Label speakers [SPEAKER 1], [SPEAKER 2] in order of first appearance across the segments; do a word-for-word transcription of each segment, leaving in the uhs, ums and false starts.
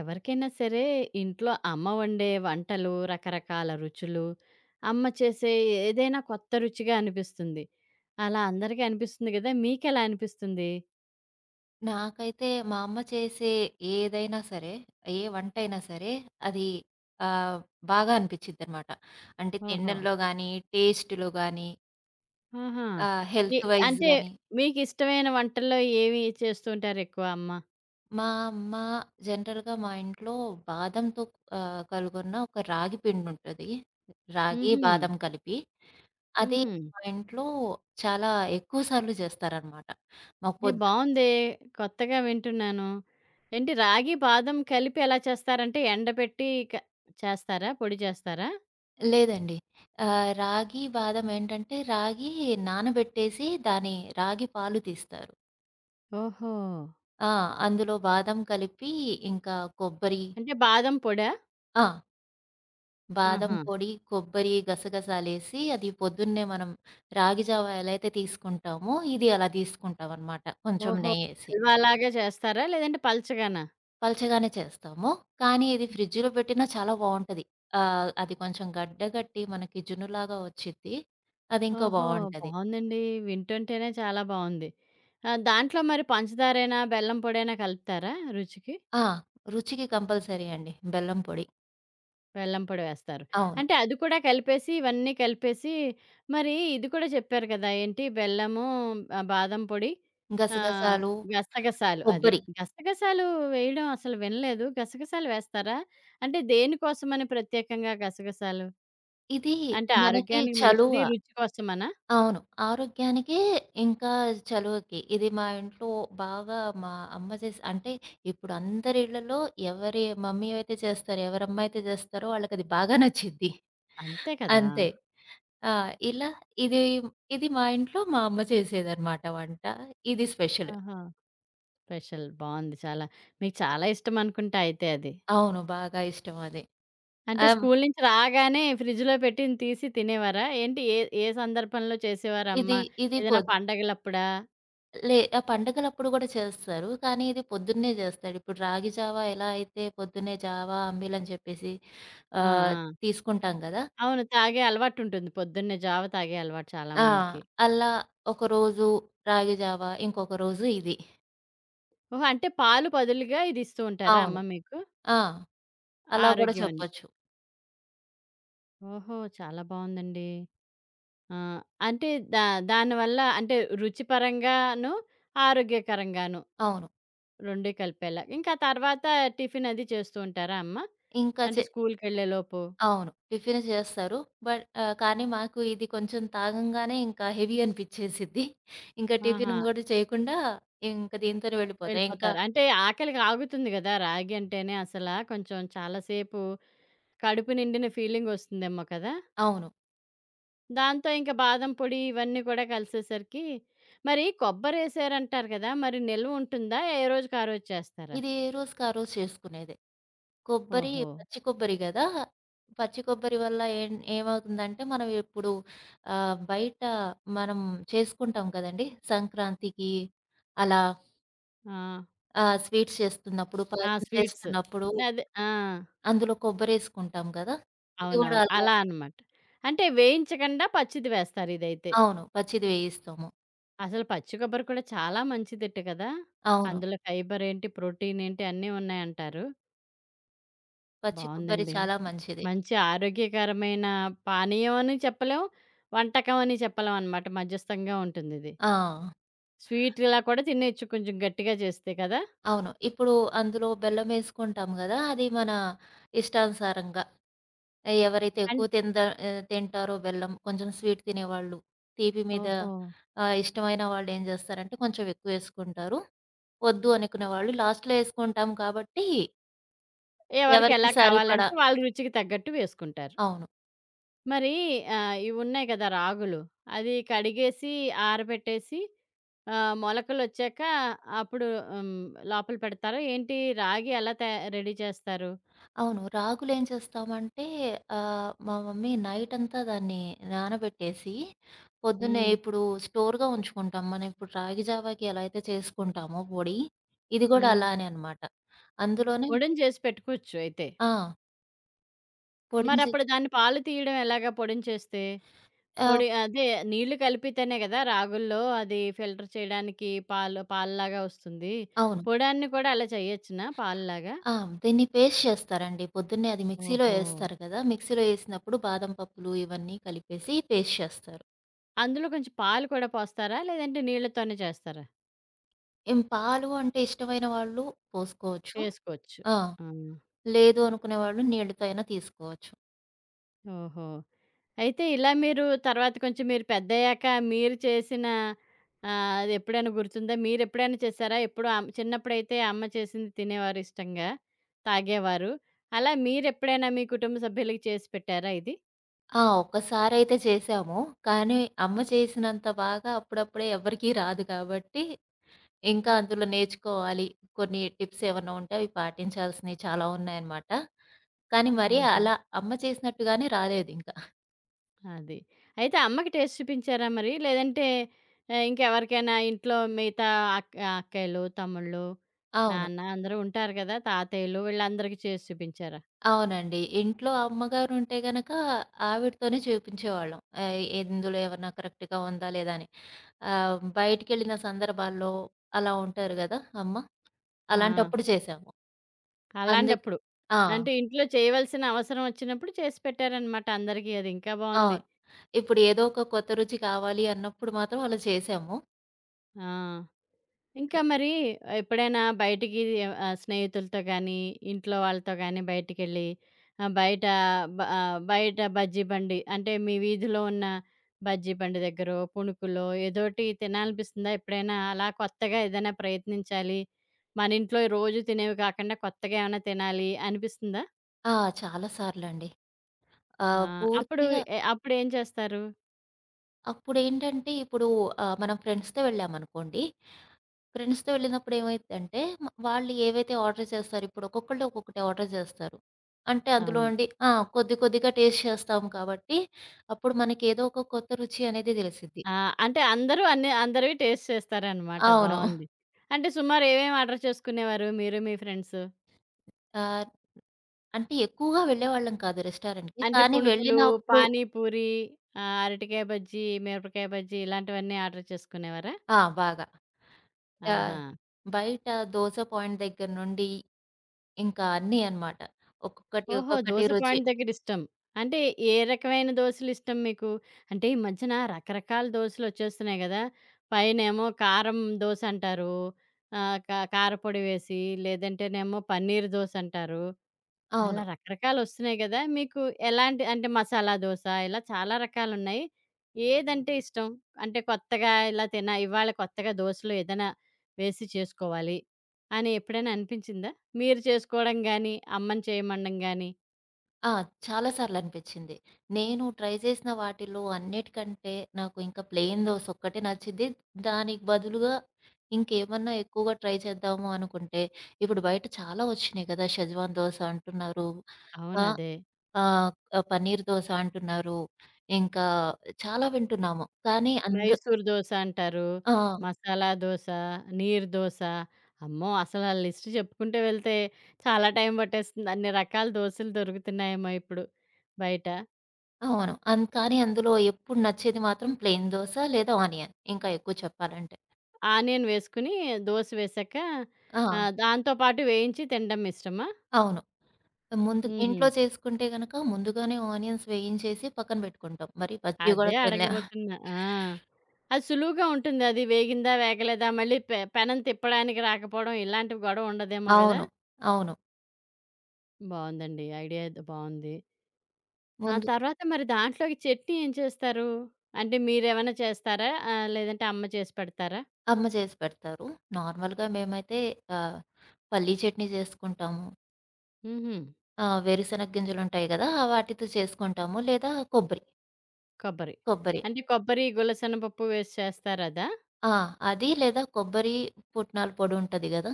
[SPEAKER 1] ఎవరికైనా సరే ఇంట్లో అమ్మ వండే వంటలు, రకరకాల రుచులు, అమ్మ చేసే ఏదైనా కొత్త రుచిగా అనిపిస్తుంది. అలా అందరికీ అనిపిస్తుంది గదా! మీకెలా అనిపిస్తుంది?
[SPEAKER 2] నాకైతే మా అమ్మ చేసే ఏదైనా సరే, ఏ వంటైనా సరే అది ఆహ్, బాగా అనిపిచ్చిద్దనమాట. అంటే
[SPEAKER 1] ఓహో!
[SPEAKER 2] తినడంలో గానీ, టేస్ట్‌లో గానీ,
[SPEAKER 1] ఆహా!
[SPEAKER 2] ఆహ్,
[SPEAKER 1] ఎ
[SPEAKER 2] హెల్త్ వైస్
[SPEAKER 1] అంటే
[SPEAKER 2] గానీ.
[SPEAKER 1] మీకిష్టమైన వంటల్లో ఏవి చేస్తూ ఉంటారు ఎక్కువ అమ్మ?
[SPEAKER 2] మా అమ్మ జనరల్‌గా మా ఇంట్లో బాదంతో ఆహ్, కలుగొన్న ఒక రాగి పిండుంటది. రాగి,
[SPEAKER 1] హుహు.
[SPEAKER 2] బాదం కలిపి. అది
[SPEAKER 1] హుహు.
[SPEAKER 2] మా ఇంట్లో చాలా ఎక్కువ సార్లు జేస్తారనమాట. మా
[SPEAKER 1] ఏ
[SPEAKER 2] పొద్దు
[SPEAKER 1] బావుందే! కొత్తగా వింటున్నాను. ఏంటి రాగి, బాదం కలిపి ఎలా చేస్తారంటే ఎండబెట్టి క చేస్తారా? పొడి చేస్తారా?
[SPEAKER 2] లేదండి. ఆహ్, రాగి, బాదం ఏంటంటే రాగి నానబెట్టేసి దాని రాగి పాలు తీస్తారు.
[SPEAKER 1] ఓహో!
[SPEAKER 2] ఆ! అందులో బాదం కలిపి ఇంకా కొబ్బరి.
[SPEAKER 1] అంటే బాదం పొడా?
[SPEAKER 2] ఆ! బాదం
[SPEAKER 1] ఆహా!
[SPEAKER 2] పొడి, కొబ్బరి, గసగసాలేసి అది పొద్దున్నే మనం రాగి జావ ఎలా అయితే తీసుకుంటామో ఇది అలా తీసుకుంటామనమాట. కొంచెం
[SPEAKER 1] ఓహో!
[SPEAKER 2] నెయ్యేసి.
[SPEAKER 1] హల్వాలాగా చేస్తారా? లేదంటే పలచగానా?
[SPEAKER 2] పలచగానే చేస్తాము. కానీ ఇది ఫ్రిడ్జ్‌లో పెట్టినా చాలా బావుంటది. ఆహ్, అది కొంచెం గడ్డగట్టి మనకి జున్నులాగా వచ్చిద్ది. అదింకా
[SPEAKER 1] ఓహో!
[SPEAKER 2] బావుంటది.
[SPEAKER 1] బావుందండి. వింటుంటేనే చాలా బావుంది. ఆహ్, దాంట్లో మరి పంచదారేనా, బెల్లం పొడైనా కలుపుతారా రుచికి?
[SPEAKER 2] ఆ! రుచికి కంపల్సరీ అండి. బెల్లం పొడి.
[SPEAKER 1] బెల్లం పొడి వేస్తారు.
[SPEAKER 2] అవును.
[SPEAKER 1] అంటే అది కూడా కలిపేసి, ఇవన్నీ కలిపేసి మరి ఇది కూడా చెప్పారు కదా! ఏంటి బెల్లము, ఆహ్, బాదం పొడి, ఆహ్,
[SPEAKER 2] గసగసాలు,
[SPEAKER 1] గసగసాలు అది.
[SPEAKER 2] కొబ్బరి.
[SPEAKER 1] గసగసాలు వేయడం అసలు వినలేదు. గసగసాలు వేస్తారా? అంటే దేనికోసమని ప్రత్యేకంగా గసగసాలు?
[SPEAKER 2] ఇది
[SPEAKER 1] అంటే
[SPEAKER 2] మనకి
[SPEAKER 1] ఆరోగ్యానికి
[SPEAKER 2] చలువ.
[SPEAKER 1] మంచిది, రుచి కోసమనా?
[SPEAKER 2] అవును. ఆరోగ్యానికి ఇంకా చలువకి. ఇది మా ఇంట్లో బాగా మా అమ్మ చేసి అంటే ఇప్పుడు అందరి ఇళ్లలో ఎవరి మమ్మీ అయితే చేస్తారో, ఎవరమ్మ అయితే చేస్తారో వాళ్ళకది బాగా నచ్చిద్ది.
[SPEAKER 1] అంతే కదా!
[SPEAKER 2] అంతే. ఆ! ఇలా ఇది, ఇది మా ఇంట్లో మా అమ్మ చేసేదన్నమాట వంట. ఇది స్పెషల్.
[SPEAKER 1] ఆహా! స్పెషల్ బావుంది చాలా. మీకు చాలా ఇష్టం అనుకుంటా అయితే అది.
[SPEAKER 2] అవును. బాగా ఇష్టం అది.
[SPEAKER 1] అంటే
[SPEAKER 2] ఆహ్,
[SPEAKER 1] స్కూలు నుంచి రాగానే ఫ్రిడ్జ్‌లో పెట్టింది తీసి తినేవారా? ఏంటి ఏ ఏ సందర్భంలో
[SPEAKER 2] ఇది,
[SPEAKER 1] చేసేవారమ్మ?
[SPEAKER 2] ఇది
[SPEAKER 1] ఏదైనా
[SPEAKER 2] పొద్
[SPEAKER 1] పండగలప్పుడా?
[SPEAKER 2] లే ఆ పండగలప్పుడు గూడా చేస్తారు. కానీ ఇది పొద్దున్నే జేస్తాడు. ఇప్పుడు రాగి జావా ఎలా అయితే పొద్దున్నే జావా, అంబీలని చెప్పేసి
[SPEAKER 1] ఆ!
[SPEAKER 2] ఆహ్,
[SPEAKER 1] ఆ!
[SPEAKER 2] తీసుకుంటాం గదా!
[SPEAKER 1] అవును. తాగే అలవాటుంటుంది. పొద్దున్నే జావ తాగే అలవాటు చాలా
[SPEAKER 2] ఆ!
[SPEAKER 1] మందికి.
[SPEAKER 2] అలా ఒకరోజు రాగి జావా, ఇంకొక రోజు ఇది.
[SPEAKER 1] ఓహో! అంటే పాలు బదులుగా ఇది ఇస్తూ ఉంటారా
[SPEAKER 2] అవును.
[SPEAKER 1] అమ్మ మీకు?
[SPEAKER 2] ఆ! అలా గూడా
[SPEAKER 1] ఆరోగ్యం అని.
[SPEAKER 2] చెప్పొచ్చు.
[SPEAKER 1] ఓహో! చాలా బావుందండి. ఆ! అంటే దా దానివల్ల అంటే రుచిపరంగాను, ఆరోగ్యకరంగాను
[SPEAKER 2] అవును.
[SPEAKER 1] రెండూ కలిపేలా. ఇంకా తర్వాత టిఫిన్ అది చేస్తూ ఉంటారా అమ్మ?
[SPEAKER 2] ఇంకా
[SPEAKER 1] అంటే
[SPEAKER 2] చె
[SPEAKER 1] స్కూలుకెళ్ళేలోపు.
[SPEAKER 2] అవును. టిఫిన్ చేస్తారు. బట్ ఆహ్, కానీ మాకు ఇది కొంచెం తాగంగానే ఇంకా హెవీ అనిపిచ్చేసిద్ది. ఇంకా టిఫిన్
[SPEAKER 1] ఆహా!
[SPEAKER 2] గూడా చేయకుండా ఇంక దీంతోనే వెళ్ళిపోతాం. ఇంకా
[SPEAKER 1] వెళ్ళిపోతారు. అంటే ఆకలికి ఆగుతుంది గదా! రాగి అంటేనే అసలా కొంచెం చాలా సేపు కడుపు నిండిన ఫీలింగొస్తుందేమో కదా!
[SPEAKER 2] అవును.
[SPEAKER 1] దాంతో ఇంక బాదం పొడి ఇవన్నీ కూడా కలిసేసరికి మరి కొబ్బరేశారంటారు కదా! మరి నిల్వ ఉంటుందా? ఏ రోజుకి ఆ రోజు చేస్తారా?
[SPEAKER 2] ఇది ఏ రోజుకి ఆ రోజు చేసుకునేదే. కొబ్బరి,
[SPEAKER 1] ఓహో!
[SPEAKER 2] పచ్చి కొబ్బరి గదా! పచ్చి కొబ్బరి వల్ల ఏం ఏమవుతుందంటే, మనం ఇప్పుడు ఆహ్, బయట మనం చేసుకుంటాం కదండీ! సంక్రాంతికి అలా
[SPEAKER 1] ఆ!
[SPEAKER 2] ఆహ్, స్వీట్స్ చేస్తున్నప్పుడు,
[SPEAKER 1] ఆ!
[SPEAKER 2] పాయసం
[SPEAKER 1] స్వీట్స్.
[SPEAKER 2] చేస్తున్నప్పుడు
[SPEAKER 1] అదే ఆ!
[SPEAKER 2] అందులో కొబ్బరేసుకుంటాం గదా! ఇది గూడా
[SPEAKER 1] అవునవును.
[SPEAKER 2] అలా
[SPEAKER 1] అలా అనమాట. అంటే వేయించకుండా పచ్చిది వేస్తారు ఇదైతే.
[SPEAKER 2] అవును. పచ్చిది వేయిస్తాము.
[SPEAKER 1] అసలు పచ్చి కొబ్బరి కూడా చాలా మంచిదిట కదా!
[SPEAKER 2] అవును.
[SPEAKER 1] అందులో ఫైబర్ ఏంటి, ప్రోటీన్ ఏంటి అన్నీ ఉన్నాయంటారు.
[SPEAKER 2] పచ్చి కొబ్బరి
[SPEAKER 1] బావుందండి.
[SPEAKER 2] చాలా మంచిది.
[SPEAKER 1] మంచి ఆరోగ్యకరమైన పానీయం అని చెప్పలేం, వంటకం అని చెప్పలేం అనమాట. మధ్యస్థంగా ఉంటుందిది.
[SPEAKER 2] ఆ!
[SPEAKER 1] స్వీట్‌లా కూడా తినేయొచ్చు కొంచెం గట్టిగా చేస్తే కదా!
[SPEAKER 2] అవును. ఇప్పుడు అందులో బెల్లమేసుకుంటాం గదా! అది మన ఇష్టానుసారంగా ఆహ్, ఎవరైతే
[SPEAKER 1] అన్
[SPEAKER 2] ఎక్కువ తింద ఆహ్, తింటారో బెల్లం, కొంచెం స్వీట్ తినేవాళ్ళు, తీపి మీద
[SPEAKER 1] ఓహో!
[SPEAKER 2] ఆహ్, ఇష్టమైన వాళ్ళేం జేస్తారంటే కొంచెం ఎక్కువేసుకుంటారు. వద్దు అనుకునే వాళ్ళు లాస్ట్‌లో ఏసుకుంటాం కాబట్టి ఎవరికీ
[SPEAKER 1] ఎవరికెలా
[SPEAKER 2] సరిపడా
[SPEAKER 1] కావాలంటే వాళ్ళ రుచికి తగ్గట్టు వేసుకుంటారు.
[SPEAKER 2] అవును.
[SPEAKER 1] మరీ ఆహ్, ఇవున్నాయి కదా! రాగులు. అది కడిగేసి, ఆరబెట్టేసి ఆహ్, మొలకలొచ్చాక అప్పుడు హ్మ్. లోపల పెడతారా? ఏంటి రాగి ఎలా త రెడీ చేస్తారు?
[SPEAKER 2] అవును. రాగులేం చేస్తామంటే ఆహ్, మా మమ్మీ నైటంతా దాన్ని నానబెట్టేసి పొద్దున్నే
[SPEAKER 1] హ్మ్.
[SPEAKER 2] ఇప్పుడు స్టోర్‌గా ఉంచుకుంటాం. మనం ఇప్పుడు రాగి జావాకి ఎలా అయితే చేసుకుంటామో పొడి, ఇది గూడా
[SPEAKER 1] హ్మ్.
[SPEAKER 2] అలానే అనమాట. అందులోనే
[SPEAKER 1] పొడిని చేసి పెట్టుకోవచ్చు అయితే.
[SPEAKER 2] ఆ! పొడిని
[SPEAKER 1] మరప్పుడు
[SPEAKER 2] చేసి
[SPEAKER 1] దాన్ని పాలు తీయడం ఎలాగా పొడిని చేస్తే?
[SPEAKER 2] ఆహ్,
[SPEAKER 1] పొడి అదే నీళ్లు కలిపితేనే కదా! రాగుల్లో అది ఫిల్టర్ చేయడానికి పాలు పాలులాగా వస్తుంది.
[SPEAKER 2] అవును.
[SPEAKER 1] పొడాన్ని కూడా అలా చేయొచ్చునా పాలులాగా?
[SPEAKER 2] ఆ! దీన్ని పేస్ట్ చేస్తారండి. పొద్దున్నే అది మిక్సీలో
[SPEAKER 1] ఓహో!
[SPEAKER 2] ఏస్తారు కదా! మిక్సీలో ఏసినప్పుడు బాదం పప్పులు ఇవన్నీ కలిపేసి పేస్ట్ చేస్తారు.
[SPEAKER 1] అందులో కొంచెం పాలు కూడా పోస్తారా? లేదంటే నీళ్ళతోనే చేస్తారా?
[SPEAKER 2] ఏం పాలు అంటే ఇష్టమైన వాళ్ళు పోసుకోవచ్చు.
[SPEAKER 1] చేసుకోవచ్చు.
[SPEAKER 2] ఆ!
[SPEAKER 1] ఆ!
[SPEAKER 2] లేదు అనుకునే వాళ్ళు నీళ్ళతో అయినా తీసుకోవచ్చు.
[SPEAKER 1] ఓహో! అయితే ఇలా మీరు తర్వాత కొంచెం మీరు పెద్దయ్యాక మీరు చేసిన ఆహ్, అదెప్పుడైనా గుర్తుందా? మీరెప్పుడైనా చేసారా? ఎప్పుడు అమ్ చిన్నప్పుడైతే అమ్మ చేసింది తినేవారు ఇష్టంగా, తాగేవారు. అలా మీరెప్పుడైనా మీ కుటుంబ సభ్యులకి చేసి పెట్టారా ఇది?
[SPEAKER 2] ఆ! ఒక్కసారయితే చేసాము. కానీ అమ్మ చేసినంత బాగా అప్పుడప్పుడే ఎవ్వరికీ రాదు కాబట్టి, ఇంకా అందులో నేర్చుకోవాలి. కొన్ని టిప్స్ ఏమన్నా ఉంటే అవి పాటించాల్సినయి చాలా ఉన్నాయన్నమాట. కానీ మరి
[SPEAKER 1] ఆహా!
[SPEAKER 2] అలా అమ్మ చేసినట్టుగానే రాలేదింకా.
[SPEAKER 1] అది. అయితే అమ్మకి టేస్ట్ చూపించారా మరి? లేదంటే ఆహ్, ఇంకెవరికైనా ఇంట్లో మిగతా అక్ అక్కయ్యలు, తమ్ముళ్ళు,
[SPEAKER 2] అవును.
[SPEAKER 1] నాన్న అందరూ ఉంటారు గదా! తాతయ్యలు వీళ్ళందరికీ చేసి చూపించారా?
[SPEAKER 2] అవునండి. ఇంట్లో అమ్మగారుంటే గనక ఆవిడతోనే చూపించేవాళ్ళం. ఆహ్, ఇందులో ఏమన్నా కరెక్ట్‌గా ఉందా? లేదా? అని. ఆహ్, బయటికెళ్ళిన సందర్భాల్లో అలా ఉంటారు గదా! అమ్మ.
[SPEAKER 1] ఆ!
[SPEAKER 2] అలాంటప్పుడు చేశాము. అందుక్
[SPEAKER 1] అలాంటప్పుడు.
[SPEAKER 2] ఆ!
[SPEAKER 1] అంటే ఇంట్లో చేయవలసిన అవసరం వచ్చినప్పుడు చేసి పెట్టారనమాట అందరికీ. అది ఇంకా బావుంది.
[SPEAKER 2] అవును. ఇప్పుడు ఏదో ఒక కొత్త రుచి కావాలి అన్నప్పుడు మాత్రం అలా చేశాము.
[SPEAKER 1] ఆ! ఇంకా మరి ఎప్పుడైనా బయటికి ఆహ్, స్నేహితులతో గానీ, ఇంట్లో వాళ్ళతో గానీ బయటికెళ్ళి ఆహ్, బయట బ ఆహ్, బయట బజ్జీ బండి అంటే మీ వీధిలో ఉన్న బజ్జీ బండి దగ్గరో, పుణుకులో ఏదోటి తినాలనిపిస్తుందా ఎప్పుడైనా? అలా కొత్తగా ఏదైనా ప్రయత్నించాలి. మన ఇంట్లో రోజు తినేవి కాకుండా కొత్తగా ఏమైనా తినాలి అనిపిస్తుందా?
[SPEAKER 2] ఆ! చాలా సార్లండి.
[SPEAKER 1] ఆ!
[SPEAKER 2] ఆహ్,
[SPEAKER 1] అప్పుడు
[SPEAKER 2] పూర్తిగా
[SPEAKER 1] ఎ అప్పుడేం చేస్తారు?
[SPEAKER 2] అప్పుడేంటంటే ఇప్పుడు ఆహ్, మనం ఫ్రెండ్స్‌తో వెళ్ళామనుకోండి. ఫ్రెండ్స్‌తో వెళ్ళినప్పుడు ఏమైద్దంటే, మ వాళ్ళు ఏవైతే ఆర్డర్ చేస్తారో, ఇప్పుడు ఒక్కొక్కళ్ళు ఒక్కొక్కటి ఆర్డర్ చేస్తారు. అంటే అందులో
[SPEAKER 1] అవును.
[SPEAKER 2] అండి ఆ! కొద్ది కొద్దిగా టేస్ట్ చేస్తాం కాబట్టి, అప్పుడు మనకేదో ఒక కొత్త రుచి అనేది తెలిసిద్ది.
[SPEAKER 1] ఆ! అంటే అందరూ అన్ని అందరివి టేస్ట్ చేస్తారనమాట.
[SPEAKER 2] అవును.
[SPEAKER 1] బావుంది. అంటే సుమారు ఏమేమి ఆర్డర్ చేసుకునేవారు మీరు, మీ ఫ్రెండ్స్?
[SPEAKER 2] ఆహ్, అంటే ఎక్కువగా వెళ్ళేవాళ్ళం కాదు రెస్టారెంట్‌కి.
[SPEAKER 1] అంటే
[SPEAKER 2] కానీ
[SPEAKER 1] పుణుకులు,
[SPEAKER 2] వెళ్ళినప్పుడు
[SPEAKER 1] పానీ పూరి, ఆహ్, అరటికాయ బజ్జీ, మిరపకాయ బజ్జీ ఇలాంటివన్నీ ఆర్డర్ చేసుకునేవారా?
[SPEAKER 2] ఆ! బాగా. ఆహ్,
[SPEAKER 1] ఆహా!
[SPEAKER 2] బయట దోస పాయింట్ దగ్గర నుండి, ఇంకా అన్నీ అన్నమాట. ఒక్కొక్కటి,
[SPEAKER 1] ఓహో!
[SPEAKER 2] ఒక్కొక్కటి
[SPEAKER 1] దోస
[SPEAKER 2] రుచి.
[SPEAKER 1] పాయింట్ దగ్గర ఇష్టం. అంటే ఏ రకమైన దోసలు ఇష్టం మీకు? అంటే ఈ మధ్యన రకరకాల దోసలు వచ్చేస్తున్నాయి గదా! పైనేమో కారం దోసంటారు. ఆహ్, కా కారపొడి వేసి, లేదంటేనేమో పన్నీర్ దోసంటారు.
[SPEAKER 2] అవును.
[SPEAKER 1] అలా రకరకాలొస్తున్నాయి గదా! మీకు ఎలాంటి అంటే మసాలా దోస ఇలా చాలా రకాలున్నాయి. ఏదంటే ఇష్టం? అంటే కొత్తగా ఇలా తిన ఇవాళ కొత్తగా దోసలో ఏదైనా వేసి చేసుకోవాలి అని ఎప్పుడైనా అనిపించిందా? మీరు చేసుకోవడం గాని, అమ్మని చేయమనడం గాని.
[SPEAKER 2] ఆ! చాలా సార్లనిపించింది. నేను ట్రై చేసిన వాటిలో అన్నిటికంటే నాకు ఇంకా ప్లెయిన్ దోస ఒక్కటే నచ్చింది. దానికి బదులుగా ఇంకేమన్నా ఎక్కువగా ట్రై చేద్దాము అనుకుంటే, ఇప్పుడు బయట చాలా వచ్చినాయి కదా! షెజ్వాన్ దోస అంటున్నారు. ఆహ్,
[SPEAKER 1] అవునదే.
[SPEAKER 2] ఆహ్, పన్నీర్ దోస అంటున్నారు. ఇంకా చాలా వింటున్నాము. కానీ అందు
[SPEAKER 1] మైసూర్ దోస అంటారు.
[SPEAKER 2] ఆ!
[SPEAKER 1] మసాలా దోస, నీరు దోస. అమ్మో! అసలా లిస్ట్ చెప్పుకుంటూ వెళ్తే చాలా టైం పట్టేస్తుంది. అన్ని రకాల దోసలు దొరుకుతున్నాయేమో ఇప్పుడు బయట.
[SPEAKER 2] అవును. అన్ కానీ అందులో ఎప్పుడు నచ్చేది మాత్రం ప్లెయిన్ దోస లేదా ఆనియన్. ఇంకా ఎక్కువ చెప్పాలంటే.
[SPEAKER 1] ఆనియన్ వేసుకొని దోస వేశాక
[SPEAKER 2] ఆ!
[SPEAKER 1] ఆహ్, దాంతో పాటు వేయించి తినడం ఇష్టమా?
[SPEAKER 2] అవును. ముందు
[SPEAKER 1] హుహు.
[SPEAKER 2] ఇంట్లో చేసుకుంటే గనక ముందుగానే ఆనియన్స్ వేయించేసి పక్కన పెట్టుకుంటాం. మరి పచ్చివి గూడా
[SPEAKER 1] అదే
[SPEAKER 2] తినలేం.
[SPEAKER 1] అడగబోతున్నా. ఆ! అది సులువుగా ఉంటుంది. అది వేగిందా? వేగలేదా? మళ్ళీ పె పెనం తిప్పడానికి రాకపోవడం ఇలాంటివి గొడవ ఉండదేమో గదా!
[SPEAKER 2] అవును. అవును.
[SPEAKER 1] బావుందండి. ఐడియా అయితే బావుంది. ఆ
[SPEAKER 2] ముందు
[SPEAKER 1] తర్వాత మరి దాంట్లోకి చట్నీ ఏం చేస్తారు? అంటే మీరేమైనా చేస్తారా? ఆహ్, లేదంటే అమ్మ చేసి పెడతారా?
[SPEAKER 2] అమ్మ చేసి పెడతారు. నార్మల్‌గా మేమైతే ఆహ్, పల్లీ చట్నీ చేసుకుంటాము.
[SPEAKER 1] హుహు.
[SPEAKER 2] ఆహ్, వేరుశనగ గింజలుంటాయి గదా! వాటితో చేసుకుంటాము. లేదా కొబ్బరి,
[SPEAKER 1] కొబ్బరి.
[SPEAKER 2] కొబ్బరి.
[SPEAKER 1] అంటే కొబ్బరి, గులసెనపప్పు వేసి చేస్తారదా?
[SPEAKER 2] ఆ! అది లేదా కొబ్బరి పుట్నాల పొడి ఉంటది గదా!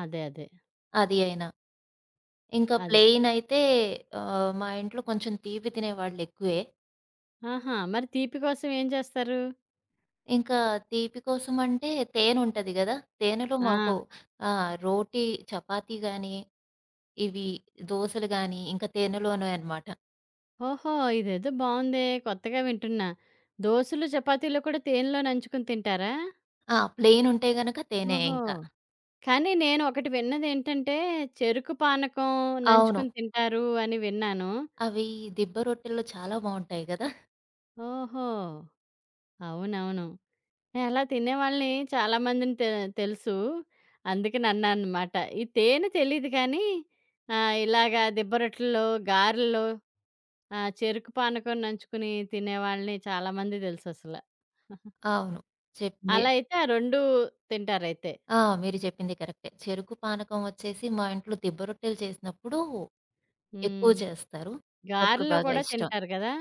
[SPEAKER 1] అదే. అదే.
[SPEAKER 2] అది అయినా. ఇంకా
[SPEAKER 1] అదే.
[SPEAKER 2] ప్లెయిన్ అయితే ఆహ్, మా ఇంట్లో కొంచెం తీపి తినేవాళ్ళెక్కువే.
[SPEAKER 1] ఆహా! మరి తీపి కోసం ఏం చేస్తారు?
[SPEAKER 2] ఇంకా తీపి కోసం అంటే తేనుంటది గదా! తేనెలో
[SPEAKER 1] ఆ!
[SPEAKER 2] మాకు ఆహ్, రోటీ, చపాతీ గానీ, ఇవి దోసలు గానీ, ఇంకా తేనెలోనే అనమాట.
[SPEAKER 1] ఓహో! ఇదేదో బావుందే! కొత్తగా వింటున్నా. దోసలు, చపాతీలు కూడా తేనెలో నంచుకొని తింటారా?
[SPEAKER 2] ఆ! ప్లెయిన్ ఉంటే గనక తేనె
[SPEAKER 1] ఓహో!
[SPEAKER 2] ఇంకా.
[SPEAKER 1] కానీ నేను ఒకటి విన్నదేంటంటే, చెరుకు పానకం
[SPEAKER 2] అవును.
[SPEAKER 1] నంచుకొని తింటారు అని విన్నాను.
[SPEAKER 2] అవి దిబ్బ రొట్టెల్లో చాలా బావుంటాయి గదా!
[SPEAKER 1] ఓహో! అవునవును. నేను అలా తినేవాళ్ళని చాలా మందిని తె తెలుసు. అందుకని అన్నాననమాట. ఈ తేనె తెలీదు కానీ ఆహ్, ఇలాగా దిబ్బ రొట్టెల్లో, గారెల్లో ఆ! చెరుకు పానకం నంచుకుని తినేవాళ్ళని చాలామంది తెలుససల.
[SPEAKER 2] అవును. చెప్ మీ
[SPEAKER 1] అలా అయితే ఆ రెండూ తింటారైతే.
[SPEAKER 2] ఆ! మీరు చెప్పింది కరెక్టే. చెరుకు పానకం వచ్చేసి మా ఇంట్లో దిబ్బ రొట్టెలు చేసినప్పుడు ఎక్కువ
[SPEAKER 1] హ్మ్.
[SPEAKER 2] చేస్తారు. అప్పుడు
[SPEAKER 1] గారెలో
[SPEAKER 2] బాగా
[SPEAKER 1] కూడా
[SPEAKER 2] ఇష్టం.
[SPEAKER 1] తింటారు గదా!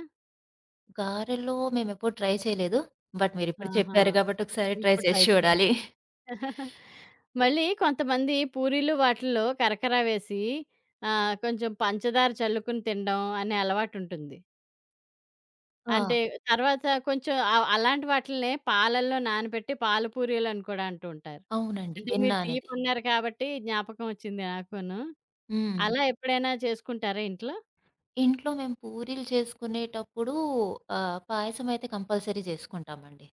[SPEAKER 2] గారెలో మేమెప్పుడు ట్రై చేయలేదు. బట్ మీరిప్పుడు
[SPEAKER 1] ఆహా!
[SPEAKER 2] చెప్పారు కాబట్టి ఒకసారి ట్రై
[SPEAKER 1] ఇప్పుడు
[SPEAKER 2] చేసి
[SPEAKER 1] ట్రై చేయండి.
[SPEAKER 2] చూడాలి.
[SPEAKER 1] మళ్ళీ కొంతమంది పూరీలు వాటిల్లో కరకర వేసి ఆహ్, కొంచెం పంచదార చల్లుకుని తినడం అనే అలవాటుంటుంది. అంటే
[SPEAKER 2] ఆ!
[SPEAKER 1] తర్వాత కొంచెం ఆహ్, అలాంటి వాటిల్నే పాలల్లో నానబెట్టి పాల పూరీలని కూడా అంటూ ఉంటారు.
[SPEAKER 2] అవునండి.
[SPEAKER 1] అంటే మీరు
[SPEAKER 2] విన్నానిది.
[SPEAKER 1] తీపన్నారు కాబట్టి జ్ఞాపకం వచ్చింది నాకును.
[SPEAKER 2] హ్మ్.
[SPEAKER 1] అలా ఎప్పుడైనా చేసుకుంటారా ఇంట్లో?
[SPEAKER 2] ఇంట్లో మేము పూరీలు చేసుకునేటప్పుడు ఆహ్, పాయసమయితే కంపల్సరీ చేసుకుంటామండి.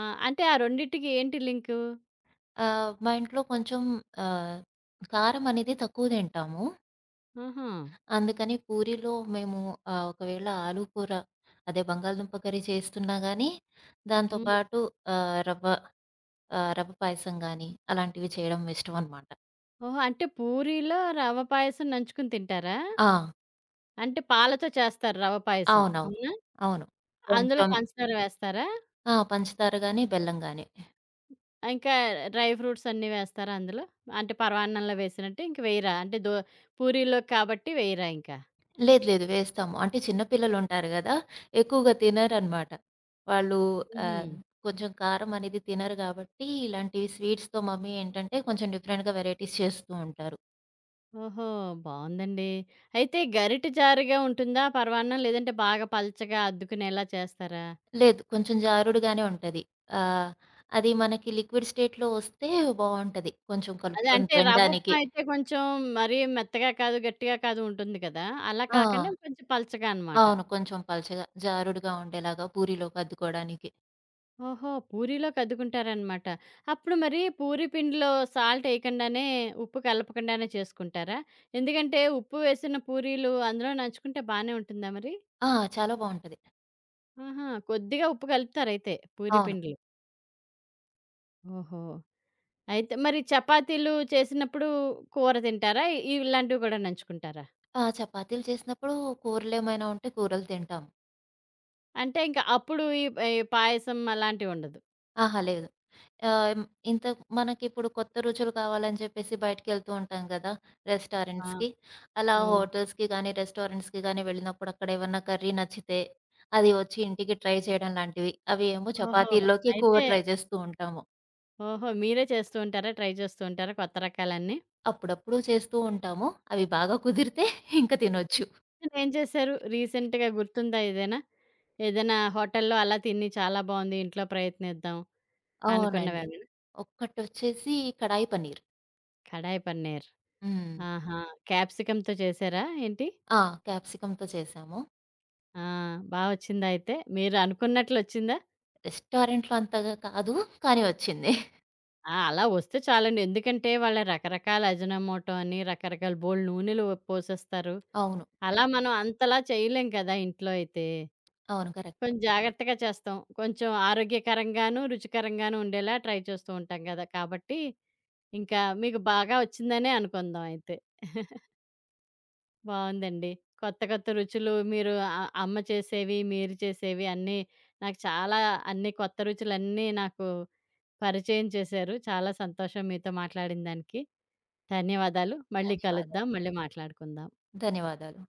[SPEAKER 1] ఆ! అంటే ఆ రెండిటికి ఏంటి లింకు?
[SPEAKER 2] ఆహ్, మా ఇంట్లో కొంచెం ఆహ్, కారం అనేది తక్కువ తింటాము.
[SPEAKER 1] ఆహా!
[SPEAKER 2] అందుకని పూరీలో మేము ఆహ్, ఒకవేళ ఆలు కూర అదే బంగాళదుంప కర్రీ చేస్తున్నా గానీ, దాంతో
[SPEAKER 1] హ్మ్.
[SPEAKER 2] పాటు ఆహ్, రవ్వ ఆహ్, రవ్వ పాయసం గానీ, అలాంటివి చేయడం ఇష్టమనమాట.
[SPEAKER 1] ఓహో! అంటే పూరీలో రవ్వ పాయసం నంచుకొని తింటారా?
[SPEAKER 2] ఆ!
[SPEAKER 1] అంటే పాలతో చేస్తారు రవ్వ పాయసం.
[SPEAKER 2] అవునవును.
[SPEAKER 1] అవునా?
[SPEAKER 2] అవును.
[SPEAKER 1] అందులో
[SPEAKER 2] కొంచెం
[SPEAKER 1] పంచదార వేస్తారా?
[SPEAKER 2] ఆ! పంచదార గానీ, బెల్లం గానీ.
[SPEAKER 1] ఇంకా డ్రై ఫ్రూట్స్ అన్నీ వేస్తారా అందులో? అంటే పరమాన్నంలో వేసినట్టు ఇంక వేయరా? అంటే దో పూరీలోకి కాబట్టి వేయరా ఇంకా?
[SPEAKER 2] లేదు. లేదు. వేస్తాము. అంటే చిన్న పిల్లలుంటారు గదా! ఎక్కువగా తినరనమాట. వాళ్ళు
[SPEAKER 1] హుహు.
[SPEAKER 2] ఆహ్, కొంచెం కారం అనేది తినరు గాబట్టి, ఇలాంటివి స్వీట్స్‌తో మమ్మీ ఏంటంటే, కొంచెం డిఫరెంట్‌గా వెరైటీస్ చేస్తూ ఉంటారు.
[SPEAKER 1] ఓహో! బావుందండి. అయితే గరిటె జారుగా ఉంటుందా పరమాన్నం? లేదంటే బాగా పల్చగా అద్దుకునేలా చేస్తారా?
[SPEAKER 2] లేదు. కొంచెం జారుడుగానే ఉంటది. ఆహ్, అది మనకి లిక్విడ్ స్టేట్‌లో వస్తే బావుంటది. కొంచెం
[SPEAKER 1] అదే
[SPEAKER 2] కలుపుకొని
[SPEAKER 1] అంటే
[SPEAKER 2] తినడానికి.
[SPEAKER 1] రవ్వుప్మా అయితే కొంచెం మరీ మెత్తగా కాదు, గట్టిగా కాదు ఉంటుంది కదా! అలా
[SPEAKER 2] ఆ!
[SPEAKER 1] కాకుండా కొంచెం పలచగా అనమాట.
[SPEAKER 2] అవును. కొంచెం పల్చగా, జారుడుగా ఉండేలాగా పూరిలోకి అద్దుకోవడానికి.
[SPEAKER 1] ఓహో! పూరీలో కదుకుంటారనమాట. అప్పుడు మరి పూరి పిండిలో సాల్ట్ ఎయకుండానే, ఉప్పు కలపకుండానే చేసుకుంటారా? ఎందుకంటే ఉప్పు వేసిన పూరీలు అందులో నంచుకుంటే బానే ఉంటుందా మరి?
[SPEAKER 2] ఆ! చాలా బావుంటది.
[SPEAKER 1] ఆహా! కొద్దిగా ఉప్పు కలుపుతారయితే పూరి
[SPEAKER 2] అవును.
[SPEAKER 1] పిండిలో. ఓహో! అయితే మరి చపాతీలు చేసినప్పుడు కూర తింటారా? ఇ ఇలాంటివి కూడా నంచుకుంటారా?
[SPEAKER 2] ఆ! చపాతీలు చేసినప్పుడు కూరలేమైనా ఉంటే కూరలు తింటాము.
[SPEAKER 1] అంటే ఇంక అప్పుడు ఈ ఈ పాయసం అలాంటివుండదు.
[SPEAKER 2] ఆహా! లేదు. ఆహ్, ఇంత మనకిప్పుడు కొత్త రుచులు కావాలని చెప్పేసి బయటికెళ్తూ ఉంటాం గదా!
[SPEAKER 1] ఆ!
[SPEAKER 2] రెస్టారెంట్స్‌కి. అలా
[SPEAKER 1] హ్మ్.
[SPEAKER 2] హోటల్స్‌కి గానీ, రెస్టారెంట్స్‌కి గానీ వెళ్ళినప్పుడు అక్కడ ఏమన్నా కర్రీ నచ్చితే, అది వచ్చి ఇంటికి ట్రై చేయడం లాంటివి. అవి ఏమో
[SPEAKER 1] ఓహో!
[SPEAKER 2] చపాతీల్లోకి ఎక్కువగా
[SPEAKER 1] అయితే
[SPEAKER 2] ట్రై
[SPEAKER 1] హ్మ్.
[SPEAKER 2] చేస్తూ ఉంటాము.
[SPEAKER 1] ఓహో! మీరే చేస్తూ ఉంటారా? ట్రై చేస్తూ ఉంటారా కొత్త రకాలన్నీ?
[SPEAKER 2] అప్పుడప్పుడు చేస్తూ ఉంటాము. అవి బాగా కుదిరితే ఇంక తినొచ్చు.
[SPEAKER 1] ఇప్పుడు ఏం చేశారు? రీసెంట్‌గా గుర్తుందా ఏదైనా? ఏదైనా హోటల్‌లో అలా తిని చాలా బావుంది ఇంట్లో ప్రయత్నిద్దాం
[SPEAKER 2] అవునండి.
[SPEAKER 1] అనుకున్నవేమైనా?
[SPEAKER 2] ఒక్కటొచ్చేసి కడాయి పన్నీర్.
[SPEAKER 1] కడాయి పన్నీర్.
[SPEAKER 2] హ్మ్.
[SPEAKER 1] ఆహా! క్యాప్సికమ్‌తో చేశారా ఏంటి?
[SPEAKER 2] ఆ! క్యాప్సికమ్‌తో చేశాము.
[SPEAKER 1] ఆ! బా వచ్చిందా అయితే? మీరు అనుకున్నట్లొచ్చిందా?
[SPEAKER 2] రెస్టారెంట్‌లో అంతగా కాదు. కానీ వచ్చింది.
[SPEAKER 1] ఆ! అలా వస్తే చాలండి. ఎందుకంటే వాళ్ళ రకరకాల అజినోమోటో అని రకరకాల బోలెడు నూనెలు పోసేస్తారు.
[SPEAKER 2] అవును.
[SPEAKER 1] అలా మనం అంతలా చేయలేం కదా! ఇంట్లో అయితే.
[SPEAKER 2] అవును. కరెక్ట్.
[SPEAKER 1] కొంచెం జాగ్రత్తగా చేస్తాం. కొంచెం ఆరోగ్యకరంగాను, రుచికరంగాను ఉండేలా ట్రై చేస్తూ ఉంటాం గదా! కాబట్టి ఇంకా మీకు బాగా వచ్చిందనే అనుకుందాం అయితే. బావుందండి. కొత్త కొత్త రుచులు మీరు అ అమ్మ చేసేవి, మీరు చేసేవి అన్నీ నాకు చాలా అన్ని కొత్త రుచులన్నీ నాకు పరిచయం చేశారు. చాలా సంతోషం మీతో మాట్లాడిన దానికి. ధన్యవాదాలు. మళ్ళీ
[SPEAKER 2] ధన్యవాదాలు.
[SPEAKER 1] కలుద్దాం. మళ్ళీ మాట్లాడుకుందాం.
[SPEAKER 2] ధన్యవాదాలు.